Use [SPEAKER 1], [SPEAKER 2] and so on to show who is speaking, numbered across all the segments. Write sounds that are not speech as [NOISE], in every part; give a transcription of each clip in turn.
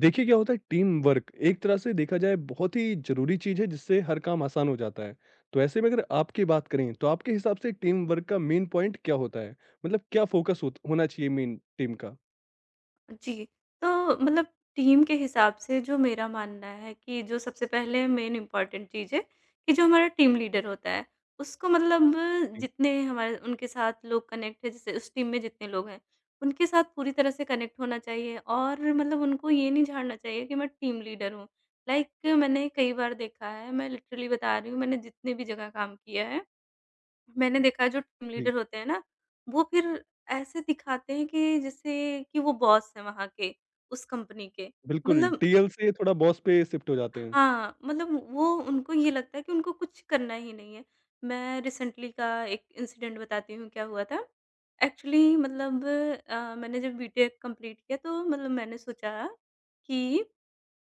[SPEAKER 1] देखिए क्या होता है टीम वर्क एक तरह से देखा जाए बहुत ही जरूरी चीज है जिससे हर काम आसान हो जाता है। तो ऐसे में अगर आपकी बात करें तो आपके हिसाब से टीम वर्क का मेन पॉइंट क्या होता है? मतलब क्या होना चाहिए मेन टीम का?
[SPEAKER 2] जी, तो मतलब टीम के हिसाब से जो मेरा मानना है कि जो सबसे पहले मेन इम्पोर्टेंट चीज़ है कि जो हमारा टीम लीडर होता है, उसको मतलब
[SPEAKER 1] जी।
[SPEAKER 2] जितने हमारे उनके साथ लोग कनेक्ट हैं, जैसे उस टीम में जितने लोग हैं, उनके साथ पूरी तरह से कनेक्ट होना चाहिए। और मतलब उनको ये नहीं झाड़ना चाहिए कि मैं टीम लीडर हूँ। लाइक मैंने कई बार देखा है, मैं लिटरली बता रही हूँ, मैंने जितने भी जगह काम किया है मैंने देखा है जो टीम
[SPEAKER 1] जी।
[SPEAKER 2] लीडर होते हैं ना, वो फिर ऐसे दिखाते हैं कि जैसे कि वो बॉस हैं वहाँ के, उस कंपनी के।
[SPEAKER 1] बिल्कुल,
[SPEAKER 2] मतलब
[SPEAKER 1] टीएल से थोड़ा बॉस पे शिफ्ट हो जाते हैं।
[SPEAKER 2] हाँ, मतलब वो उनको ये लगता है कि उनको कुछ करना ही नहीं है। मैं रिसेंटली का एक इंसिडेंट बताती हूँ क्या हुआ था। एक्चुअली मतलब मैंने जब बीटेक कंप्लीट किया तो मतलब मैंने सोचा कि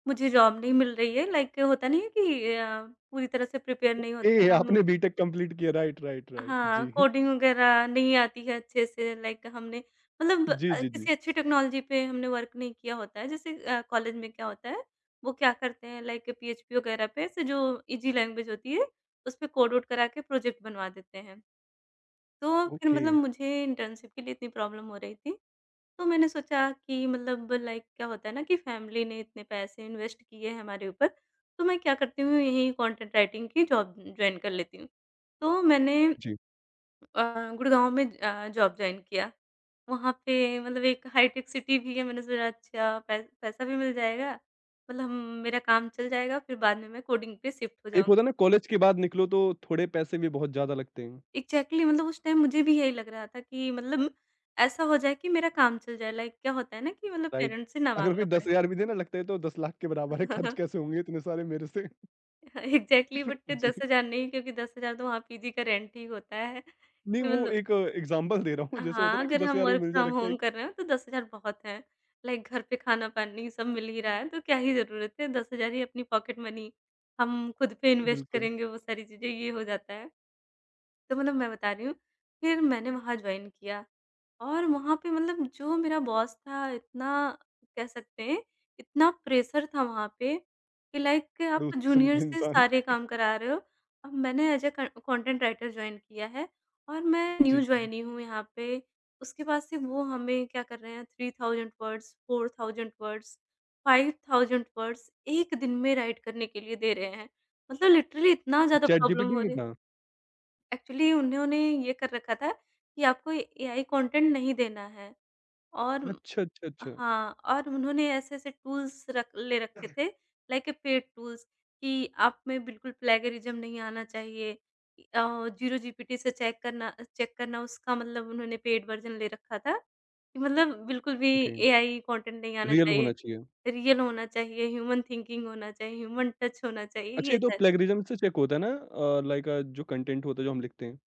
[SPEAKER 2] मुझे जॉब नहीं मिल रही है। लाइक होता नहीं है कि पूरी तरह से प्रिपेयर नहीं होते
[SPEAKER 1] ए
[SPEAKER 2] हम।
[SPEAKER 1] आपने बीटेक कंप्लीट किया, राइट राइट राइट।
[SPEAKER 2] हाँ,
[SPEAKER 1] जी। [LAUGHS]
[SPEAKER 2] कोडिंग वगैरह नहीं आती है अच्छे से। लाइक हमने मतलब
[SPEAKER 1] जी जी जी।
[SPEAKER 2] किसी अच्छी टेक्नोलॉजी पे हमने वर्क नहीं किया होता है। जैसे कॉलेज में क्या होता है, वो क्या करते हैं लाइक पीएचपी वगैरह पे ऐसे जो ईज़ी लैंग्वेज होती है, उसपे कोड वोड करा के प्रोजेक्ट बनवा देते हैं। तो फिर
[SPEAKER 1] ओके।
[SPEAKER 2] मतलब मुझे इंटर्नशिप के लिए इतनी प्रॉब्लम हो रही थी, तो मैंने सोचा कि मतलब लाइक क्या होता है ना कि फैमिली ने इतने पैसे इन्वेस्ट किए हैं हमारे ऊपर, तो मैं क्या करती हूँ यही कंटेंट राइटिंग की जॉब जॉइन कर लेती हूँ। तो मैंने
[SPEAKER 1] जी।
[SPEAKER 2] अ, गुड़गाँव में जॉब जॉइन किया। वहाँ पे मतलब एक हाईटेक सिटी भी है, मैंने सोचा अच्छा पै पैसा भी मिल जाएगा, मतलब हम मेरा काम चल जाएगा। फिर बाद में मैं कोडिंग पे शिफ्ट हो
[SPEAKER 1] एक होता है ना
[SPEAKER 2] जाऊँगी।
[SPEAKER 1] कॉलेज के बाद निकलो तो थोड़े पैसे भी बहुत ज्यादा लगते हैं।
[SPEAKER 2] एग्ज़ैक्टली मतलब उस टाइम मुझे भी यही लग रहा था कि मतलब ऐसा हो जाए कि मेरा काम चल जाए, लाइक क्या होता है ना कि मतलब
[SPEAKER 1] राइट।
[SPEAKER 2] पेरेंट्स से ना
[SPEAKER 1] अगर
[SPEAKER 2] माँगना
[SPEAKER 1] कोई दस
[SPEAKER 2] पड़े।
[SPEAKER 1] हजार भी देना लगता है तो 10 लाख के बराबर है, खर्च कैसे
[SPEAKER 2] [LAUGHS]
[SPEAKER 1] होंगे इतने सारे मेरे से?
[SPEAKER 2] एग्ज़ैक्टली, बट
[SPEAKER 1] जी।
[SPEAKER 2] 10,000 नहीं, क्योंकि 10,000 तो वहाँ पीजी का रेंट ही होता है।
[SPEAKER 1] नहीं, वो
[SPEAKER 2] मतलब
[SPEAKER 1] एक एग्ज़ाम्पल दे रहा हूँ जैसे होता है
[SPEAKER 2] हाँ,
[SPEAKER 1] ना कि
[SPEAKER 2] अगर हम
[SPEAKER 1] 10,000 में
[SPEAKER 2] वर्क
[SPEAKER 1] मिल जाए,
[SPEAKER 2] फ्रॉम
[SPEAKER 1] लगता है
[SPEAKER 2] होम
[SPEAKER 1] कि।
[SPEAKER 2] कर रहे हो तो 10,000 बहुत है। लाइक घर पे खाना-पानी सब मिल ही रहा है, तो क्या ही ज़रूरत है। 10,000 ही अपनी पॉकेट मनी हम खुद पे इन्वेस्ट
[SPEAKER 1] बिल्कुल।
[SPEAKER 2] करेंगे, वो सारी चीज़ें, ये हो जाता है। तो मतलब मैं बता रही हूँ, फिर मैंने वहाँ जॉइन किया। और वहाँ पे मतलब जो मेरा बॉस था इतना, कह सकते हैं, इतना प्रेशर था वहाँ पे कि लाइक आप
[SPEAKER 1] खड़ूस किस्म
[SPEAKER 2] जूनियर
[SPEAKER 1] का
[SPEAKER 2] से
[SPEAKER 1] इंसान।
[SPEAKER 2] सारे काम करा रहे हो। अब मैंने एज़ अ क कंटेंट राइटर जॉइन किया है और मैं
[SPEAKER 1] जी,
[SPEAKER 2] न्यू
[SPEAKER 1] जी।
[SPEAKER 2] जॉइनी हूँ यहाँ पे। उसके बाद से वो हमें क्या कर रहे हैं, 3,000 वर्ड्स, 4,000 वर्ड्स, 5,000 वर्ड्स 1 दिन में राइट करने के लिए दे रहे हैं। मतलब लिटरली इतना ज़्यादा
[SPEAKER 1] चैट
[SPEAKER 2] प्रॉब्लम
[SPEAKER 1] जीपीटी
[SPEAKER 2] हो
[SPEAKER 1] नहीं
[SPEAKER 2] रही है।
[SPEAKER 1] था?
[SPEAKER 2] एक्चुअली उन्होंने ये कर रखा था कि आपको एआई कंटेंट नहीं देना है। और
[SPEAKER 1] अच्छा, अच्छा, अच्छा।
[SPEAKER 2] हाँ, और उन्होंने ऐसे-ऐसे टूल्स रख ले रखे थे, लाइक ए पेड टूल्स, कि आप में बिल्कुल प्लेगरिज्म नहीं आना चाहिए। ज़ीरो जीपीटी से चेक करना उसका मतलब उन्होंने पेड वर्ज़न ले रखा था, कि मतलब बिल्कुल भी
[SPEAKER 1] ओके।
[SPEAKER 2] एआई कंटेंट नहीं आना
[SPEAKER 1] रियल होना
[SPEAKER 2] चाहिए।
[SPEAKER 1] चाहिए।
[SPEAKER 2] रियल होना चाहिए, ह्यूमन थिंकिंग होना चाहिए, ह्यूमन टच होना चाहिए,
[SPEAKER 1] अच्छा,
[SPEAKER 2] ये
[SPEAKER 1] ये तो
[SPEAKER 2] सब।
[SPEAKER 1] प्लेगरिज्म से चेक होता है ना लाइक जो कंटेंट होता है जो हम लिखते हैं।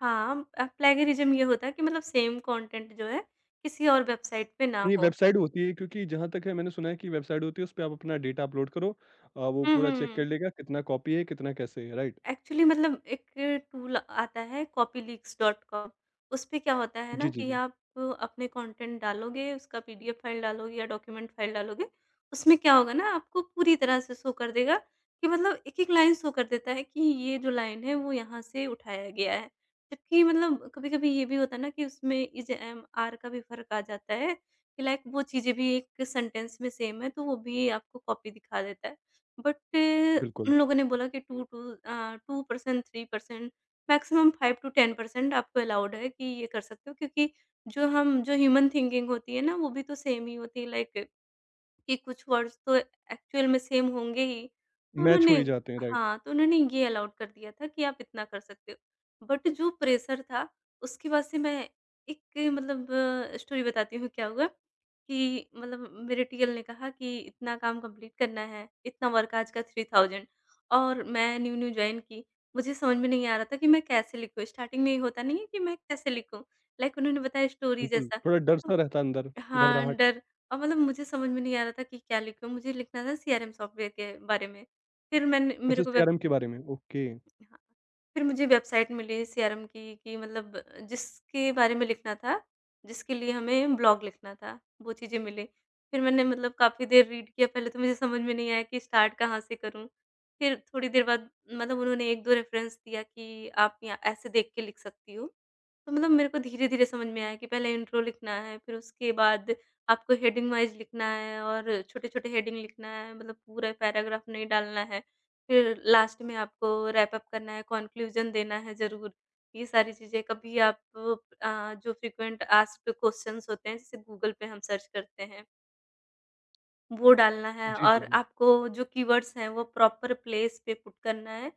[SPEAKER 2] हाँ, प्लेगरिज्म ये होता है कि मतलब सेम कंटेंट जो है, किसी और वेबसाइट पे ना
[SPEAKER 1] नहीं,
[SPEAKER 2] हो।
[SPEAKER 1] वेबसाइट होती है क्योंकि जहाँ तक है मैंने सुना है कि वेबसाइट होती है उस पे आप अपना डेटा अपलोड करो। वो
[SPEAKER 2] हुँ,
[SPEAKER 1] पूरा चेक कर
[SPEAKER 2] हुँ।
[SPEAKER 1] लेगा कितना कॉपी है, कितना कैसे है, राइट?
[SPEAKER 2] एक्चुअली मतलब एक टूल आता है कॉपीलीक्स डॉट कॉम। उसपे क्या होता है ना
[SPEAKER 1] जी, जी,
[SPEAKER 2] कि
[SPEAKER 1] जी।
[SPEAKER 2] आप अपने कंटेंट डालोगे, उसका पीडीएफ फाइल डालोगे या डॉक्यूमेंट फाइल डालोगे, उसमें क्या होगा ना आपको पूरी तरह से शो कर देगा कि मतलब एक-एक लाइन शो कर देता है कि ये जो लाइन है वो यहाँ से उठाया गया है। जबकि मतलब कभी-कभी ये भी होता है ना कि उसमें इज़-एम-आर का भी फ़र्क आ जाता है कि लाइक वो चीज़ें भी एक सेंटेंस में सेम है, तो वो भी आपको कॉपी दिखा देता है। बट
[SPEAKER 1] बिल्कुल।
[SPEAKER 2] उन लोगों ने बोला कि 2 टू 2% 3% मैक्सिमम 5 टू 10% आपको अलाउड है कि ये कर सकते हो, क्योंकि जो हम जो ह्यूमन थिंकिंग होती है ना, वो भी तो सेम ही होती है। लाइक कि कुछ वर्ड्स तो एक्चुअल में सेम होंगे ही। तो
[SPEAKER 1] मैच हो
[SPEAKER 2] उन्होंने
[SPEAKER 1] ही जाते हैं, राइट।
[SPEAKER 2] हाँ, तो उन्होंने ये अलाउड कर दिया था कि आप इतना कर सकते हो। बट जो प्रेशर था, उसके बाद से मैं एक मतलब स्टोरी बताती हूँ क्या हुआ कि मतलब मेरे टीएल ने कहा कि इतना काम कंप्लीट करना है, इतना वर्क आज का 3,000, और मैं न्यू-न्यू जॉइन की। मुझे समझ में नहीं आ रहा था कि मैं कैसे लिखूँ? स्टार्टिंग में ये होता नहीं है कि मैं कैसे लिखूँ? लाइक उन्होंने बताया स्टोरी
[SPEAKER 1] बिल्कुल,
[SPEAKER 2] जैसा।
[SPEAKER 1] थोड़ा डर-सा रहता है अंदर,
[SPEAKER 2] हाँ,
[SPEAKER 1] घबराहट।
[SPEAKER 2] डर। और मतलब मुझे समझ में नहीं आ रहा था कि क्या लिखूँ, मुझे लिखना था सीआरएम सॉफ्टवेयर के बारे में। फिर मैंने मेरे
[SPEAKER 1] अच्छा
[SPEAKER 2] को वेब
[SPEAKER 1] सीआरएम के बारे में, ओके।
[SPEAKER 2] हाँ, फिर मुझे वेबसाइट मिली सीआरएम की कि मतलब जिसके बारे में लिखना था, जिसके लिए हमें ब्लॉग लिखना था, वो चीज़ें मिली। फिर मैंने मतलब काफ़ी देर रीड किया, पहले तो मुझे समझ में नहीं आया कि स्टार्ट कहाँ से करूँ। फिर थोड़ी देर बाद मतलब उन्होंने 1-2 रेफ़रेंस दिया कि आप या ऐसे देख के लिख सकती हो। तो मतलब मेरे को धीरे-धीरे समझ में आया कि पहले इंट्रो लिखना है, फिर उसके बाद आपको हेडिंग वाइज़ लिखना है और छोटे-छोटे हेडिंग लिखना है, मतलब पूरा पैराग्राफ नहीं डालना है। फिर लास्ट में आपको रैप अप करना है, कॉन्क्लूज़न देना है ज़रूर। ये सारी चीज़ें कभी आप, जो फ्रीक्वेंट आस्क्ड क्वेश्चन्स होते हैं, जैसे गूगल पे हम सर्च करते हैं। वो डालना है
[SPEAKER 1] जी, जी,
[SPEAKER 2] और
[SPEAKER 1] जी।
[SPEAKER 2] आपको जो कीवर्ड्स हैं, वो प्रॉपर प्लेस पे पुट करना है।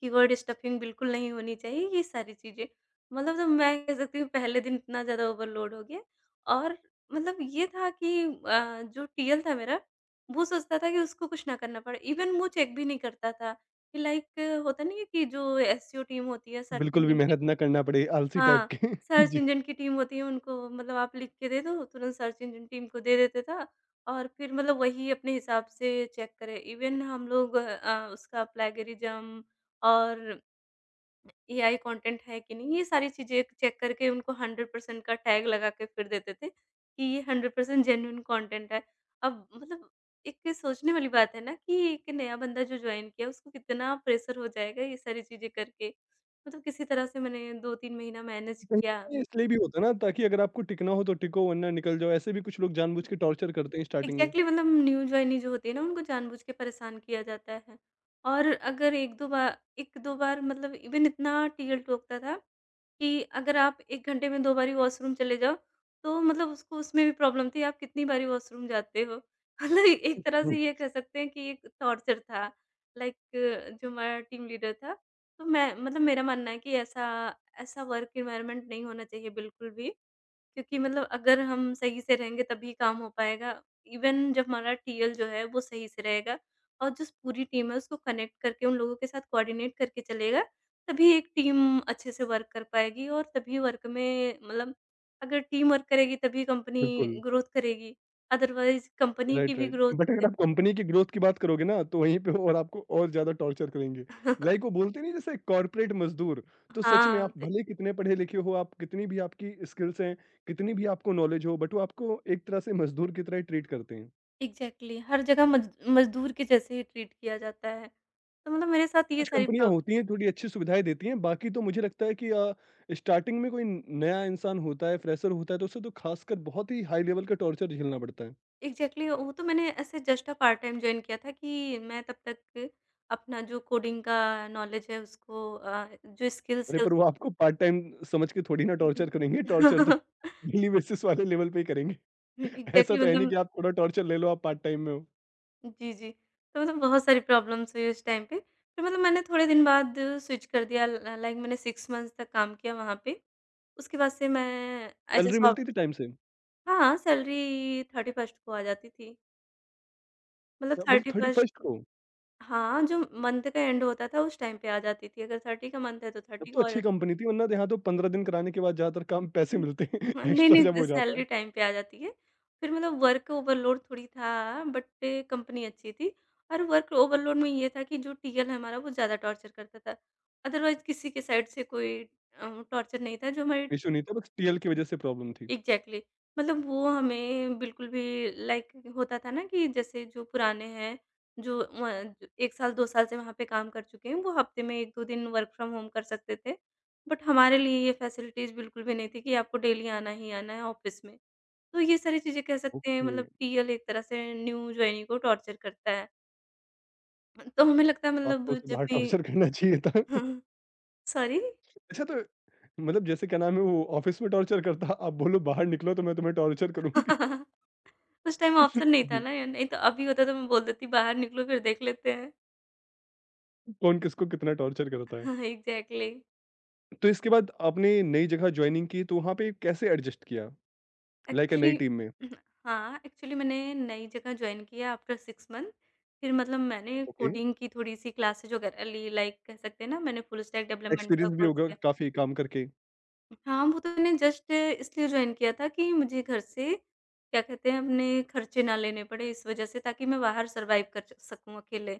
[SPEAKER 2] कीवर्ड स्टफिंग बिल्कुल नहीं होनी चाहिए, ये सारी चीज़ें। मतलब तो मैं कह सकती हूँ पहले दिन इतना ज़्यादा ओवरलोड हो गया। और मतलब ये था कि जो टीएल था मेरा, वो सोचता था कि उसको कुछ ना करना पड़े। इवन वो चेक भी नहीं करता था कि लाइक होता नहीं है कि जो एसईओ टीम होती है, सर्च
[SPEAKER 1] बिल्कुल भी
[SPEAKER 2] इंजन,
[SPEAKER 1] मेहनत ना करना पड़े, आलसी टाइप
[SPEAKER 2] हाँ,
[SPEAKER 1] के। [LAUGHS]
[SPEAKER 2] सर्च
[SPEAKER 1] जी।
[SPEAKER 2] इंजन की टीम होती है उनको मतलब आप लिख के दे दो, तुरंत सर्च इंजन टीम को दे देता था और फिर मतलब वही अपने हिसाब से चेक करे। इवन हम लोग उसका प्लेगरिज़्म और एआई कंटेंट है कि नहीं, ये सारी चीज़ें चेक करके उनको 100% का टैग लगा के फिर देते थे कि ये 100% जेन्युइन कंटेंट है। अब मतलब एक ये सोचने वाली बात है ना कि एक नया बंदा जो जॉइन किया उसको कितना प्रेशर हो जाएगा ये सारी चीज़ें करके। मतलब किसी तरह से मैंने 2-3 महीना मैनेज
[SPEAKER 1] कहीं न
[SPEAKER 2] किया।
[SPEAKER 1] कहीं इसलिए भी होता है ना ताकि अगर आपको टिकना हो तो टिको वरना निकल जाओ, ऐसे भी कुछ लोग जानबूझ के टॉर्चर करते हैं स्टार्टिंग में।
[SPEAKER 2] एग्ज़ैक्टली मतलब न्यूज़ वाहिनी जो होती है ना उनको जानबूझ के परेशान किया जाता है। और अगर 1-2 बार मतलब इवन इतना टीएल टोकता था कि अगर आप 1 घंटे में 2 बारी वॉशरूम चले जाओ, तो मतलब उसको उसमें भी प्रॉब्लम थी आप कितनी बारी वॉशरूम जाते हो। [LAUGHS] मतलब एक तरह
[SPEAKER 1] हुँ।
[SPEAKER 2] से ये कह सकते हैं कि एक टॉर्चर था। लाइक जो हमारा टीम लीडर था, तो मैं मतलब मेरा मानना है कि ऐसा ऐसा वर्क एनवायरनमेंट नहीं होना चाहिए बिल्कुल भी। क्योंकि मतलब अगर हम सही से रहेंगे तभी काम हो पाएगा। इवन जब हमारा टीएल जो है वो सही से रहेगा और जो पूरी टीम है उसको कनेक्ट करके उन लोगों के साथ कोऑर्डिनेट करके चलेगा, तभी एक टीम अच्छे से वर्क कर पाएगी और तभी वर्क में मतलब अगर टीम वर्क करेगी तभी कंपनी
[SPEAKER 1] बिल्कुल।
[SPEAKER 2] ग्रोथ करेगी, अदरवाइज़ कंपनी की
[SPEAKER 1] राइट,
[SPEAKER 2] भी
[SPEAKER 1] राइट।
[SPEAKER 2] ग्रोथ।
[SPEAKER 1] बट अगर आप कंपनी की ग्रोथ की बात करोगे ना तो वहीं पे और आपको और ज़्यादा टॉर्चर करेंगे।
[SPEAKER 2] [LAUGHS] है
[SPEAKER 1] लाइक वो बोलते नहीं जैसे कॉर्पोरेट मज़दूर, तो सच में
[SPEAKER 2] हाँ,
[SPEAKER 1] आप
[SPEAKER 2] तो
[SPEAKER 1] भले कितने पढ़े-लिखे हो, आप कितनी भी आपकी स्किल्स हैं, कितनी भी आपको नॉलेज हो, बट वो आपको एक तरह से मज़दूर की तरह ही ट्रीट करते हैं।
[SPEAKER 2] एग्ज़ैक्टली हर जगह मज़दूर के जैसे ही ट्रीट किया जाता है। तो मतलब मेरे साथ ये
[SPEAKER 1] कुछ
[SPEAKER 2] सारी
[SPEAKER 1] कंपनियाँ
[SPEAKER 2] प्रॉब
[SPEAKER 1] होती हैं, थोड़ी अच्छी सुविधाएँ देती हैं, बाकी तो मुझे लगता है कि स्टार्टिंग में कोई न नया इंसान होता है, फ्रेशर होता है, तो उसे तो खासकर बहुत ही हाई लेवल का टॉर्चर झेलना पड़ता है।
[SPEAKER 2] एग्ज़ैक्टली वो तो मैंने ऐसे just a part time join किया था कि मैं तब तक अपना जो कोडिंग का नॉलेज है उसको, जो स्किल्स
[SPEAKER 1] अरे!
[SPEAKER 2] है
[SPEAKER 1] पर वो
[SPEAKER 2] उसको।
[SPEAKER 1] आपको पार्ट टाइम समझ के थोड़ी ना टॉर्चर करेंगे, टॉर्चर तो
[SPEAKER 2] [LAUGHS]
[SPEAKER 1] डेली बेसिस वाले लेवल पे ही करेंगे। [LAUGHS] ऐसा
[SPEAKER 2] एग्ज़ैक्टली
[SPEAKER 1] तो है नहीं
[SPEAKER 2] मतलब।
[SPEAKER 1] कि आप थोड़ा टॉर्चर ले लो, आप पार्ट टाइम में हो।
[SPEAKER 2] जी, जी। तो मतलब बहुत सारी प्रॉब्लम्स हुई उस टाइम पे। फिर मतलब मैंने थोड़े दिन बाद स्विच कर दिया। ल लाइक मैंने 6 मंथ्स तक काम किया वहाँ पे। उसके बाद से मैं एज़ अ
[SPEAKER 1] सैलरी मिलती
[SPEAKER 2] सॉफ्ट,
[SPEAKER 1] थी टाइम से?
[SPEAKER 2] हाँ, सैलरी 31st को आ जाती थी। मतलब
[SPEAKER 1] मतलब
[SPEAKER 2] 31st,
[SPEAKER 1] 31st को?
[SPEAKER 2] हाँ, जो मंथ का एंड होता था उस टाइम पे आ जाती थी, अगर 30 का मंथ है तो
[SPEAKER 1] तब
[SPEAKER 2] 30
[SPEAKER 1] तो
[SPEAKER 2] को आ
[SPEAKER 1] अच्छी
[SPEAKER 2] जाती
[SPEAKER 1] कंपनी थी, वरना यहाँ तो 15 दिन कराने के बाद ज़्यादातर काम पैसे
[SPEAKER 2] थी।
[SPEAKER 1] मिलते हैं,
[SPEAKER 2] हाँ,
[SPEAKER 1] [LAUGHS]
[SPEAKER 2] नहीं,
[SPEAKER 1] एक्स्ट्रा जब
[SPEAKER 2] नहीं
[SPEAKER 1] हो जाता
[SPEAKER 2] सैलरी
[SPEAKER 1] है।
[SPEAKER 2] टाइम पे आ जाती है। फिर मतलब वर्क ओवरलोड थोड़ी था बट कंपनी अच्छी थी, और वर्क ओवरलोड में ये था कि जो टीएल हमारा वो ज़्यादा टॉर्चर करता था। अदरवाइज़ किसी के साइड से कोई टॉर्चर नहीं था जो हमारी
[SPEAKER 1] इश्यू नहीं था, बस टीएल की वजह से प्रॉब्लम थी।
[SPEAKER 2] एग्ज़ैक्टली मतलब वो हमें बिल्कुल भी लाइक होता था ना कि जैसे जो पुराने हैं, जो 1 साल 2 साल से वहाँ पे काम कर चुके हैं, वो हफ़्ते में 1-2 दिन वर्क फ्रॉम होम कर सकते थे। बट हमारे लिए ये फ़ैसिलिटीज़ बिल्कुल भी नहीं थी कि आपको डेली आना ही आना है ऑफ़िस में। तो ये सारी चीज़ें कह सकते हैं
[SPEAKER 1] ओके।
[SPEAKER 2] मतलब टीएल एक तरह से न्यू जॉइनी को टॉर्चर करता है। तो हमें लगता है
[SPEAKER 1] तो
[SPEAKER 2] मतलब
[SPEAKER 1] आपको उसे
[SPEAKER 2] जब
[SPEAKER 1] बाहर
[SPEAKER 2] भी।
[SPEAKER 1] टॉर्चर करना चाहिए था। [LAUGHS]
[SPEAKER 2] [LAUGHS] सॉरी?
[SPEAKER 1] अच्छा तो मतलब जैसे क्या नाम है वो ऑफ़िस में टॉर्चर करता, आप बोलो बाहर निकलो तो मैं तुम्हें टॉर्चर करूँगी।
[SPEAKER 2] [LAUGHS] उस टाइम ऑप्शन
[SPEAKER 1] [LAUGHS]
[SPEAKER 2] नहीं था
[SPEAKER 1] जी।
[SPEAKER 2] ना, या नहीं तो अभी होता तो मैं बोल देती बाहर निकलो फिर देख लेते हैं।
[SPEAKER 1] कौन किसको कितना टॉर्चर करता है।
[SPEAKER 2] [LAUGHS] एग्जैक्टली।
[SPEAKER 1] तो इसके बाद आपने नई जगह जॉइनिंग की तो वहाँ पे कैसे एडजस्ट किया? Like a
[SPEAKER 2] actually.
[SPEAKER 1] नई टीम में?
[SPEAKER 2] [CLEARS THROAT] हाँ, एक्चुअली मैंने नई जगह ज्वाइन किया आफ्टर 6 मंथ। फिर मतलब मैंने
[SPEAKER 1] ओके,
[SPEAKER 2] कोडिंग की थोड़ी सी क्लासेज वगैरह ली, लाइक कह सकते हैं ना, मैंने फुल स्टैक डेवलपमेंट का
[SPEAKER 1] एक्सपीरियंस भी
[SPEAKER 2] कोर्स।
[SPEAKER 1] होगा काफ़ी काम करके।
[SPEAKER 2] हाँ, वो तो मैंने जस्ट इसलिए जॉइन किया था कि मुझे घर से क्या कहते हैं अपने खर्चे ना लेने पड़े, इस वज़ह से, ताकि मैं बाहर सर्वाइव कर च सकूँ अकेले।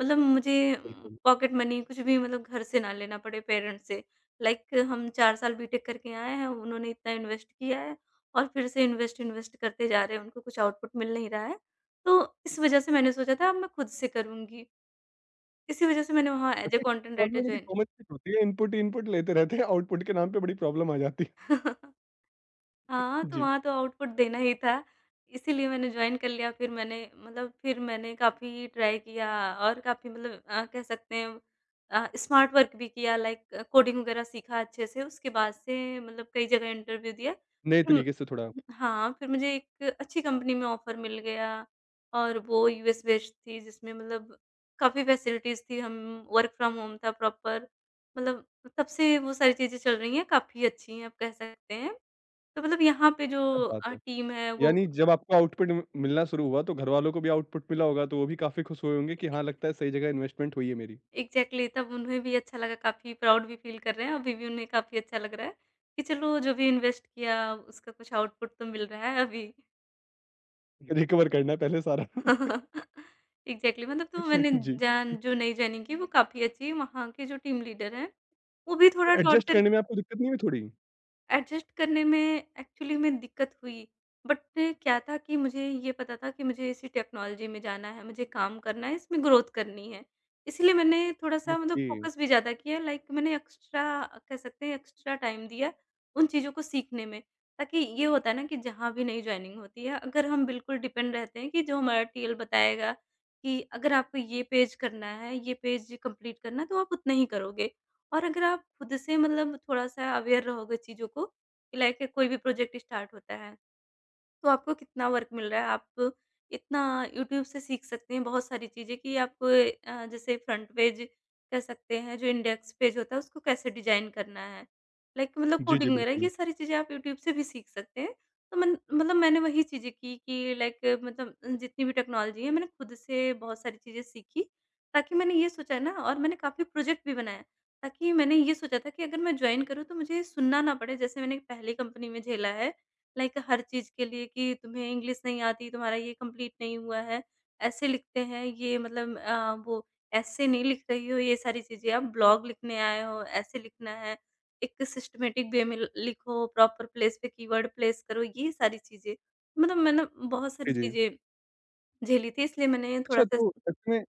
[SPEAKER 2] मतलब मुझे
[SPEAKER 1] बिल्कुल।
[SPEAKER 2] पॉकेट मनी कुछ भी मतलब घर से ना लेना पड़े पेरेंट्स से। लाइक हम 4 साल बीटेक करके आए हैं, उन्होंने इतना इन्वेस्ट किया है और फिर से इन्वेस्ट, इन्वेस्ट करते जा रहे हैं, उनको कुछ आउटपुट मिल नहीं रहा है। तो इस वज़ह से मैंने सोचा था अब मैं खुद से करूँगी। इसी वज़ह से मैंने वहाँ एज़ अ
[SPEAKER 1] अच्छा, एक
[SPEAKER 2] कंटेंट राइटर
[SPEAKER 1] प्रॉब्लम है कि कॉमन चीज़ होती है, इनपुट, इनपुट लेते रहते हैं, आउटपुट के नाम पे बड़ी प्रॉब्लम आ जाती है।
[SPEAKER 2] जॉइन। [LAUGHS] हाँ, तो
[SPEAKER 1] जी।
[SPEAKER 2] वहाँ तो आउटपुट देना ही था, इसीलिए मैंने जॉइन कर लिया। फिर मैंने मतलब फिर मैंने काफ़ी ट्राई किया और काफ़ी मतलब कह सकते हैं स्मार्ट वर्क भी किया, लाइक कोडिंग वगैरह सीखा अच्छे से। उसके बाद से मतलब कई जगह इंटरव्यू दिया।
[SPEAKER 1] नए तरीके से थोड़ा।
[SPEAKER 2] हाँ, फिर मुझे एक अच्छी कंपनी में ऑफ़र मिल गया और वो यूएस बेस्ड थी, जिसमें मतलब काफ़ी फैसिलिटीज़ थी, हम वर्क फ्रॉम होम था प्रॉपर, मतलब तब से वो सारी चीज़ें चल रही हैं, काफ़ी अच्छी हैं, आप कह सकते हैं। तो मतलब यहाँ पे
[SPEAKER 1] क्या
[SPEAKER 2] जो
[SPEAKER 1] बात है।
[SPEAKER 2] टीम है वो
[SPEAKER 1] यानी जब आपको आउटपुट म मिलना शुरू हुआ तो घरवालों को भी आउटपुट मिला होगा तो वो भी काफ़ी खुश हुए होंगे कि हाँ, लगता है सही जगह इन्वेस्टमेंट हुई है मेरी।
[SPEAKER 2] एग्ज़ैक्टली। तब उन्हें भी अच्छा लगा, काफ़ी प्राउड भी फ़ील कर रहे हैं, अभी भी उन्हें काफ़ी अच्छा लग रहा है कि चलो, जो भी इन्वेस्ट किया उसका कुछ आउटपुट तो मिल रहा है अभी।
[SPEAKER 1] रिकवर करना है पहले सारा। [LAUGHS]
[SPEAKER 2] [LAUGHS] एग्ज़ैक्टली। मतलब तो मैंने
[SPEAKER 1] जी।
[SPEAKER 2] जान जो नई जॉइनिंग की वो काफ़ी अच्छी है, वहाँ के जो टीम लीडर हैं, वो भी थोड़ा
[SPEAKER 1] एडजस्ट
[SPEAKER 2] टॉर्चर।
[SPEAKER 1] करने में आपको दिक्कत नहीं हुई थोड़ी?
[SPEAKER 2] एडजस्ट करने में एक्चुअली में दिक्कत हुई, बट क्या था कि मुझे ये पता था कि मुझे इसी टेक्नोलॉजी में जाना है, मुझे काम करना है, इसमें ग्रोथ करनी है। इसलिए मैंने थोड़ा-सा मतलब
[SPEAKER 1] ओके।
[SPEAKER 2] फ़ोकस भी ज़्यादा किया, लाइक मैंने एक्स्ट्रा, कह सकते हैं एक्स्ट्रा टाइम दिया उन चीज़ों को सीखने में, ताकि ये होता है ना कि जहाँ भी नई जॉइनिंग होती है, अगर हम बिल्कुल डिपेंड रहते हैं कि जो हमारा टीएल बताएगा कि अगर आपको ये पेज करना है, ये पेज कंप्लीट करना है, तो आप उतना ही करोगे। और अगर आप खुद से मतलब थोड़ा-सा अवेयर रहोगे चीज़ों को, कि लाइक कोई भी प्रोजेक्ट स्टार्ट होता है, तो आपको कितना वर्क मिल रहा है। आप इतना यूट्यूब से सीख सकते हैं बहुत सारी चीज़ें, कि आपको जैसे फ्रंट पेज कह सकते हैं, जो इंडेक्स पेज होता है उसको कैसे डिज़ाइन करना है। लाइक मतलब
[SPEAKER 1] जी, जी,
[SPEAKER 2] कोडिंग वगैरह
[SPEAKER 1] बिल्कुल।
[SPEAKER 2] ये सारी चीज़ें आप यूट्यूब से भी सीख सकते हैं। तो मन मतलब मैंने वही चीज़ें की कि लाइक मतलब जितनी भी टेक्नोलॉजी है मैंने खुद से बहुत सारी चीज़ें सीखी। ताकि मैंने ये सोचा ना, और मैंने काफ़ी प्रोजेक्ट भी बनाया। ताकि मैंने ये सोचा था कि अगर मैं जॉइन करूँ तो मुझे सुनना ना पड़े, जैसे मैंने पहली कंपनी में झेला है, लाइक हर चीज़ के लिए कि तुम्हें इंग्लिश नहीं आती, तुम्हारा ये कंप्लीट नहीं हुआ है, ऐसे लिखते हैं, ये मतलब वो ऐसे नहीं लिख रही हो, ये सारी चीज़ें, आप ब्लॉग लिखने आए हो, ऐसे लिखना है, एक सिस्टमैटिक वे में ल लिखो, प्रॉपर प्लेस पे कीवर्ड प्लेस करो, ये सारी चीज़ें। मतलब मैंने बहुत सारी
[SPEAKER 1] जी, जी।
[SPEAKER 2] चीज़ें झेली थी, इसलिए मैंने
[SPEAKER 1] अच्छा
[SPEAKER 2] थोड़ा-सा।
[SPEAKER 1] तो ऐसे में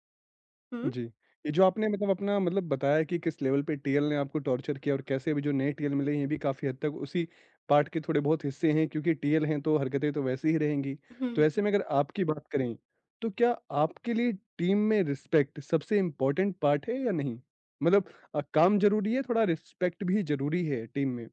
[SPEAKER 2] हुँ।
[SPEAKER 1] जी। ये जो आपने मतलब अपना मतलब बताया कि किस लेवल पे टीएल ने आपको टॉर्चर किया और कैसे अभी जो नए टीएल मिले हैं, ये भी काफ़ी हद तक उसी पार्ट के थोड़े बहुत हिस्से हैं क्योंकि टीएल हैं तो हरकतें तो वैसे ही रहेंगी।
[SPEAKER 2] हुँ।
[SPEAKER 1] तो ऐसे में अगर आपकी बात करें, तो क्या आपके लिए टीम में रिस्पेक्ट सबसे इम्पोर्टेंट पार्ट है या नहीं? मतलब काम ज़रूरी है, थोड़ा रिस्पेक्ट भी ज़रूरी है टीम में?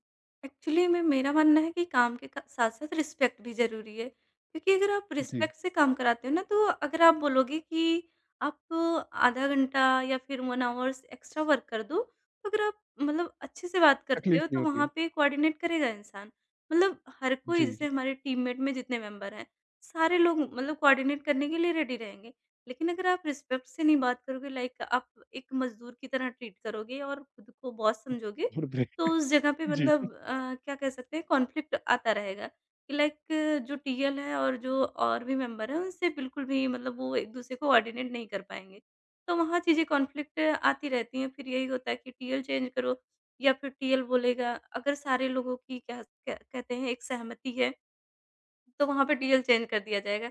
[SPEAKER 2] एक्चुअली में मेरा मानना है कि काम के क साथ-साथ रिस्पेक्ट भी ज़रूरी है। क्योंकि अगर आप
[SPEAKER 1] जी,
[SPEAKER 2] रिस्पेक्ट से काम कराते हो ना, तो अगर आप बोलोगे कि आप आधा घंटा या फिर 1 आवर्स एक्स्ट्रा वर्क कर दो, तो अगर आप मतलब अच्छे से बात करते
[SPEAKER 1] तकलीफ
[SPEAKER 2] हो,
[SPEAKER 1] नहीं
[SPEAKER 2] तो
[SPEAKER 1] होती।
[SPEAKER 2] वहाँ पे कोऑर्डिनेट करेगा इंसान। मतलब हर कोई
[SPEAKER 1] जी,
[SPEAKER 2] जैसे
[SPEAKER 1] जी।
[SPEAKER 2] हमारे टीममेट में जितने मेंबर हैं, सारे लोग मतलब कोऑर्डिनेट करने के लिए रेडी रहेंगे। लेकिन अगर आप रिस्पेक्ट से नहीं बात करोगे, लाइक आप एक मज़दूर की तरह ट्रीट करोगे और खुद को बॉस समझोगे,
[SPEAKER 1] और ब्रे
[SPEAKER 2] तो उस
[SPEAKER 1] [LAUGHS]
[SPEAKER 2] जगह पे
[SPEAKER 1] जी,
[SPEAKER 2] मतलब क्या कह सकते हैं कॉन्फ्लिक्ट आता रहेगा कि लाइक जो टीएल है और जो और भी मेंबर हैं उनसे बिल्कुल भी मतलब वो एक दूसरे को कोऑर्डिनेट नहीं कर पाएँगे। तो वहाँ चीज़ें कॉन्फ्लिक्ट आती रहती हैं, फिर यही होता है कि टीएल चेंज करो या फिर टीएल बोलेगा अगर सारे लोगों की क्या क कहते हैं एक सहमति है तो वहाँ पे टीएल चेंज कर दिया जाएगा।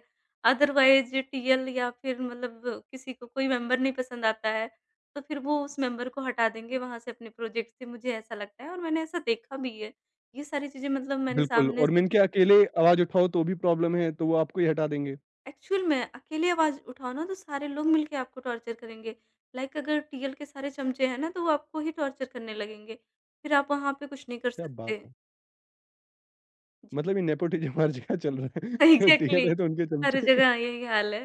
[SPEAKER 2] अदरवाइज़ टीएल या फिर मतलब किसी को कोई मेंबर नहीं पसंद आता है, तो फिर वो उस मेंबर को हटा देंगे वहाँ से अपने प्रोजेक्ट से, मुझे ऐसा लगता है और मैंने ऐसा देखा भी है। ये सारी चीज़ें मतलब मैंने
[SPEAKER 1] बिल्कुल,
[SPEAKER 2] सामने
[SPEAKER 1] और
[SPEAKER 2] से
[SPEAKER 1] मिनके अकेले आवाज़ उठाओ तो भी प्रॉब्लम है, तो वो आपको ही हटा देंगे।
[SPEAKER 2] एक्चुअल में अकेली आवाज़ उठाओ ना तो सारे लोग मिलके आपको टॉर्चर करेंगे। लाइक अगर टीएल के सारे चमचे हैं ना तो वो आपको ही टॉर्चर करने लगेंगे, फिर आप वहाँ पे कुछ नहीं कर
[SPEAKER 1] क्या बात
[SPEAKER 2] सकते।
[SPEAKER 1] है!
[SPEAKER 2] जी। [LAUGHS]
[SPEAKER 1] मतलब ये नेपोटिज़्म हर जगह चल रहा है। [LAUGHS]
[SPEAKER 2] एग्ज़ैक्टली।
[SPEAKER 1] टीएल है तो उनके
[SPEAKER 2] हर
[SPEAKER 1] चमचे।
[SPEAKER 2] जगह
[SPEAKER 1] [LAUGHS]
[SPEAKER 2] यही हाल है।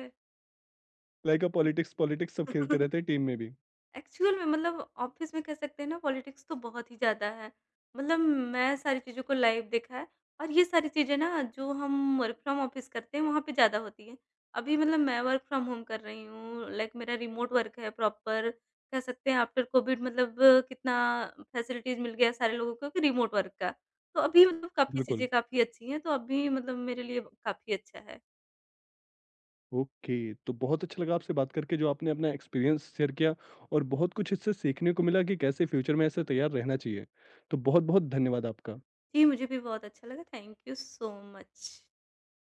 [SPEAKER 1] लाइक पॉलिटिक्स, पॉलिटिक्स सब खेलते रहते
[SPEAKER 2] [LAUGHS]
[SPEAKER 1] हैं टीम में भी।
[SPEAKER 2] एक्चुअल में मतलब ऑफ़िस में कह सकते हैं ना पॉलिटिक्स तो बहुत ही ज़्यादा है। मतलब मैं सारी चीज़ों को लाइव देखा है और ये सारी चीज़ें ना जो हम वर्क फ्रॉम ऑफ़िस करते हैं वहाँ पे ज़्यादा होती हैं। अभी मतलब मैं वर्क फ्रॉम होम कर रही हूँ, लाइक मेरा रिमोट वर्क है प्रॉपर, कह सकते हैं आफ्टर कोविड मतलब कितना फैसिलिटीज़ मिल गया सारे लोगों को कि रिमोट वर्क का। तो अभी मतलब काफ़ी चीज़ें
[SPEAKER 1] बिल्कुल।
[SPEAKER 2] काफ़ी अच्छी हैं, तो अभी मतलब मेरे लिए काफ़ी अच्छा है।
[SPEAKER 1] ओके, तो बहुत अच्छा लगा आपसे बात करके जो आपने अपना एक्सपीरियंस शेयर किया और बहुत कुछ इससे सीखने को मिला कि कैसे फ्यूचर में ऐसे तैयार रहना चाहिए। तो बहुत-बहुत धन्यवाद आपका।
[SPEAKER 2] जी, मुझे भी बहुत अच्छा लगा। Thank you so much.